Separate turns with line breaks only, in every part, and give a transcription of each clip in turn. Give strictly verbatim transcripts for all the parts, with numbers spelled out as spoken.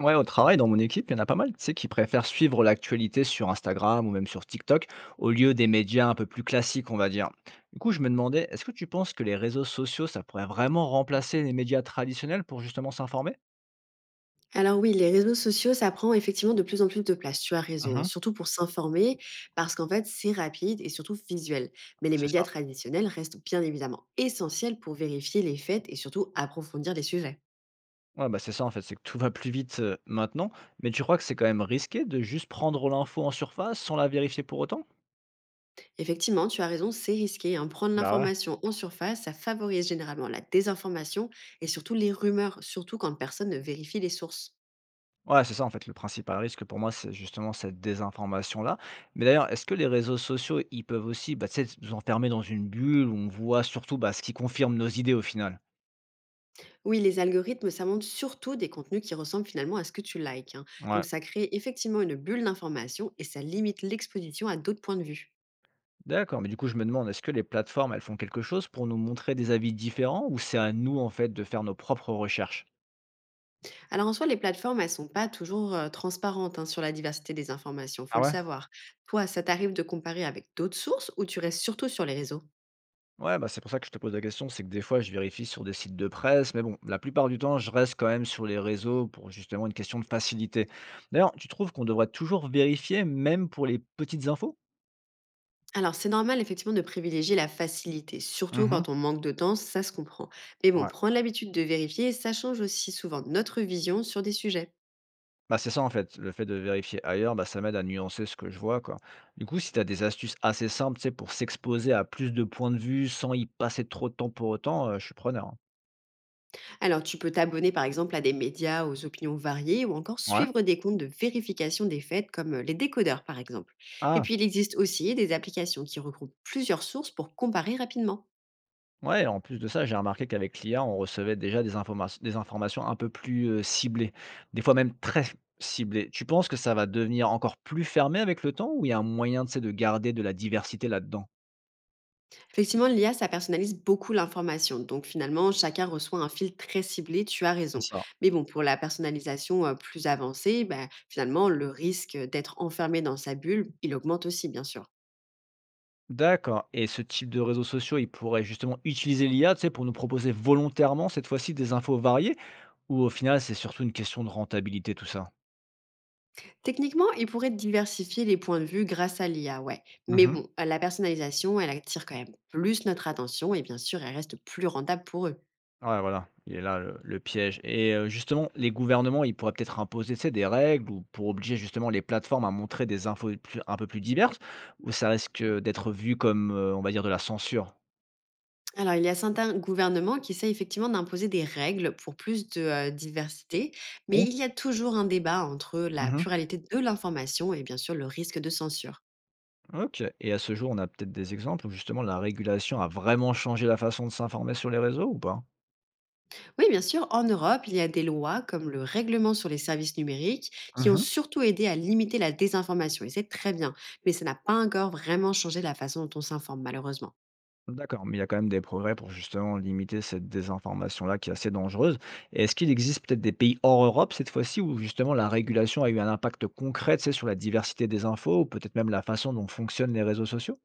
Ouais, au travail, dans mon équipe, il y en a pas mal, tu sais, qui préfèrent suivre l'actualité sur Instagram ou même sur TikTok au lieu des médias un peu plus classiques, on va dire. Du coup, je me demandais, est-ce que tu penses que les réseaux sociaux, ça pourrait vraiment remplacer les médias traditionnels pour justement s'informer?
Alors oui, les réseaux sociaux, ça prend effectivement de plus en plus de place, tu as raison, hein,
Mhm,
surtout pour s'informer, parce qu'en fait, c'est rapide et surtout visuel. Mais les
c'est
médias
ça.
traditionnels restent bien évidemment essentiels pour vérifier les faits et surtout approfondir les sujets.
Ouais, bah c'est ça en fait, c'est que tout va plus vite euh, maintenant, mais tu crois que c'est quand même risqué de juste prendre l'info en surface sans la vérifier pour autant?
Effectivement, tu as raison, c'est risqué, hein. Prendre
Bah ouais.
l'information en surface, ça favorise généralement la désinformation et surtout les rumeurs, surtout quand personne ne vérifie les sources.
Ouais, c'est ça en fait le principal risque pour moi, c'est justement cette désinformation-là. Mais d'ailleurs, est-ce que les réseaux sociaux, ils peuvent aussi, bah, tu sais, nous enfermer dans une bulle où on voit surtout bah, ce qui confirme nos idées au final?
Oui, les algorithmes, ça montre surtout des contenus qui ressemblent finalement à ce que tu likes, hein. Donc
Ouais,
ça crée effectivement une bulle d'information et ça limite l'exposition à d'autres points de vue.
d'accord. Mais du coup, je me demande, est-ce que les plateformes, elles font quelque chose pour nous montrer des avis différents ou c'est à nous en fait de faire nos propres recherches?
Alors en soi, les plateformes, elles sont pas toujours euh, transparentes, hein, sur la diversité des informations, faut
Ah
le
ouais?
savoir. Toi, ça t'arrive de comparer avec d'autres sources ou tu restes surtout sur les réseaux.
Ouais, bah c'est pour ça que je te pose la question, c'est que des fois je vérifie sur des sites de presse, mais bon, la plupart du temps je reste quand même sur les réseaux pour justement une question de facilité. D'ailleurs, tu trouves qu'on devrait toujours vérifier même pour les petites infos?
Alors, c'est normal effectivement de privilégier la facilité, surtout
Mmh.
quand on manque de temps, ça se comprend. Mais bon,
Ouais.
prendre l'habitude de vérifier, ça change aussi souvent notre vision sur des sujets.
Bah, c'est ça, en fait, le fait de vérifier ailleurs, bah, ça m'aide à nuancer ce que je vois, quoi. Du coup, si tu as des astuces assez simples, tu sais, pour s'exposer à plus de points de vue sans y passer trop de temps pour autant, heu, je suis preneur, hein.
Alors, tu peux t'abonner par exemple à des médias aux opinions variées ou encore
Ouais.
suivre des comptes de vérification des faits comme euh, les décodeurs par exemple. Et
Ah!
puis, il existe aussi des applications qui regroupent plusieurs sources pour comparer rapidement.
Ouais, en plus de ça, j'ai remarqué qu'avec l'I A, on recevait déjà des informations des informations un peu plus, heu, ciblées, des fois même très ciblées. Tu penses que ça va devenir encore plus fermé avec le temps ou il y a un moyen, tu sais, de garder de la diversité là-dedans?
Effectivement, l'I A, ça personnalise beaucoup l'information. Donc, finalement, chacun reçoit un fil très ciblé, tu as raison. Mais bon, pour la personnalisation euh, plus avancée, bah, finalement, le risque d'être enfermé dans sa bulle, il augmente aussi, bien sûr.
D'accord, et ce type de réseaux sociaux, ils pourraient justement utiliser l'I A, tu sais, pour nous proposer volontairement, cette fois-ci, des infos variées? Ou au final, c'est surtout une question de rentabilité, tout ça?
Techniquement, il pourrait diversifier les points de vue grâce à l'I A, ouais. Mais
Mmh.
bon, euh, la personnalisation, elle attire quand même plus notre attention et bien sûr, elle reste plus rentable pour eux.
Ouais, voilà, il est là le le piège et, heu, justement, les gouvernements, ils pourraient peut-être imposer, tu sais, des règles ou pour obliger justement les plateformes à montrer des infos plus un peu plus diverses? Ou ça risque d'être vu comme, heu, on va dire, de la censure?
Alors, il y a certains gouvernements qui essaient effectivement d'imposer des règles pour plus de euh, diversité, mais
Oui.
il y a toujours un débat entre la
Mmh.
pluralité de l'information et bien sûr le risque de censure.
OK, et à ce jour, on a peut-être des exemples où justement la régulation a vraiment changé la façon de s'informer sur les réseaux ou pas?
Oui, bien sûr, en Europe, il y a des lois comme le règlement sur les services numériques qui ont
Mmh.
surtout aidé à limiter la désinformation, et c'est très bien, mais ça n'a pas encore vraiment changé la façon dont on s'informe, malheureusement.
D'accord, mais il y a quand même des progrès pour justement limiter cette désinformation-là qui est assez dangereuse. Et est-ce qu'il existe peut-être des pays hors Europe cette fois-ci où justement la régulation a eu un impact concret, tu sais, sur la diversité des infos ou peut-être même la façon dont fonctionnent les réseaux sociaux?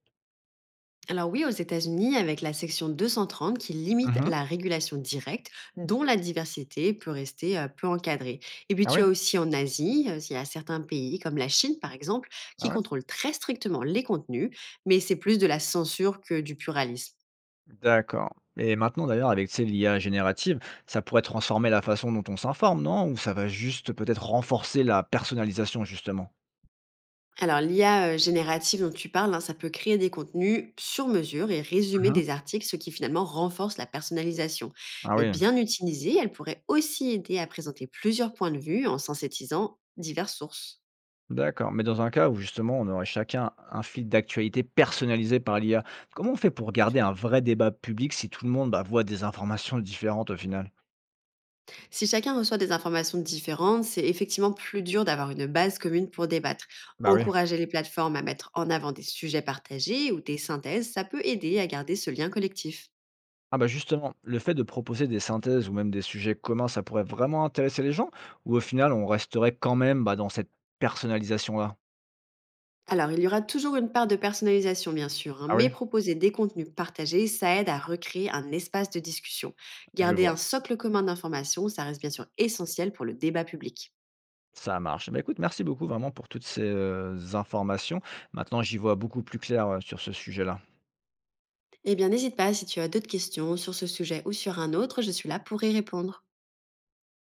Alors oui, aux États-Unis, avec la section deux cent trente qui limite
Mhm.
la régulation directe, dont la diversité peut rester euh, peu encadrée. Et puis
Ah
tu
oui,
as aussi en Asie, euh, il y a certains pays comme la Chine, par exemple,
ah
qui
ouais.
contrôlent très strictement les contenus, mais c'est plus de la censure que du pluralisme.
D'accord. Et maintenant d'ailleurs, avec tu sais, l'I A générative, ça pourrait transformer la façon dont on s'informe, non? Ou ça va juste peut-être renforcer la personnalisation justement?
Alors, l'I A euh, générative dont tu parles, hein, ça peut créer des contenus sur mesure et résumer
Mhm.
des articles, ce qui finalement renforce la personnalisation.
Ah
Mais
oui.
bien utilisée, elle pourrait aussi aider à présenter plusieurs points de vue en synthétisant diverses sources.
D'accord, mais dans un cas où justement on aurait chacun un fil d'actualité personnalisé par l'I A, comment on fait pour garder un vrai débat public si tout le monde bah, voit des informations différentes au final?
Si chacun reçoit des informations différentes, c'est effectivement plus dur d'avoir une base commune pour débattre.
Bah oui.
Encourager les plateformes à mettre en avant des sujets partagés ou des synthèses, ça peut aider à garder ce lien collectif.
Ah bah justement, le fait de proposer des synthèses ou même des sujets communs, ça pourrait vraiment intéresser les gens, ou au final on resterait quand même bah, dans cette personnalisation-là?
Alors, il y aura toujours une part de personnalisation, bien sûr, hein,
Ah
mais
oui,
proposer des contenus partagés, ça aide à recréer un espace de discussion.
je
Garder un
vois.
socle commun d'informations, ça reste bien sûr essentiel pour le débat public.
Ça marche. Bah écoute, merci beaucoup vraiment pour toutes ces euh, informations. Maintenant j'y vois beaucoup plus clair euh, sur ce sujet-là.
Eh bien, n'hésite pas si tu as d'autres questions sur ce sujet ou sur un autre, je suis là pour y répondre.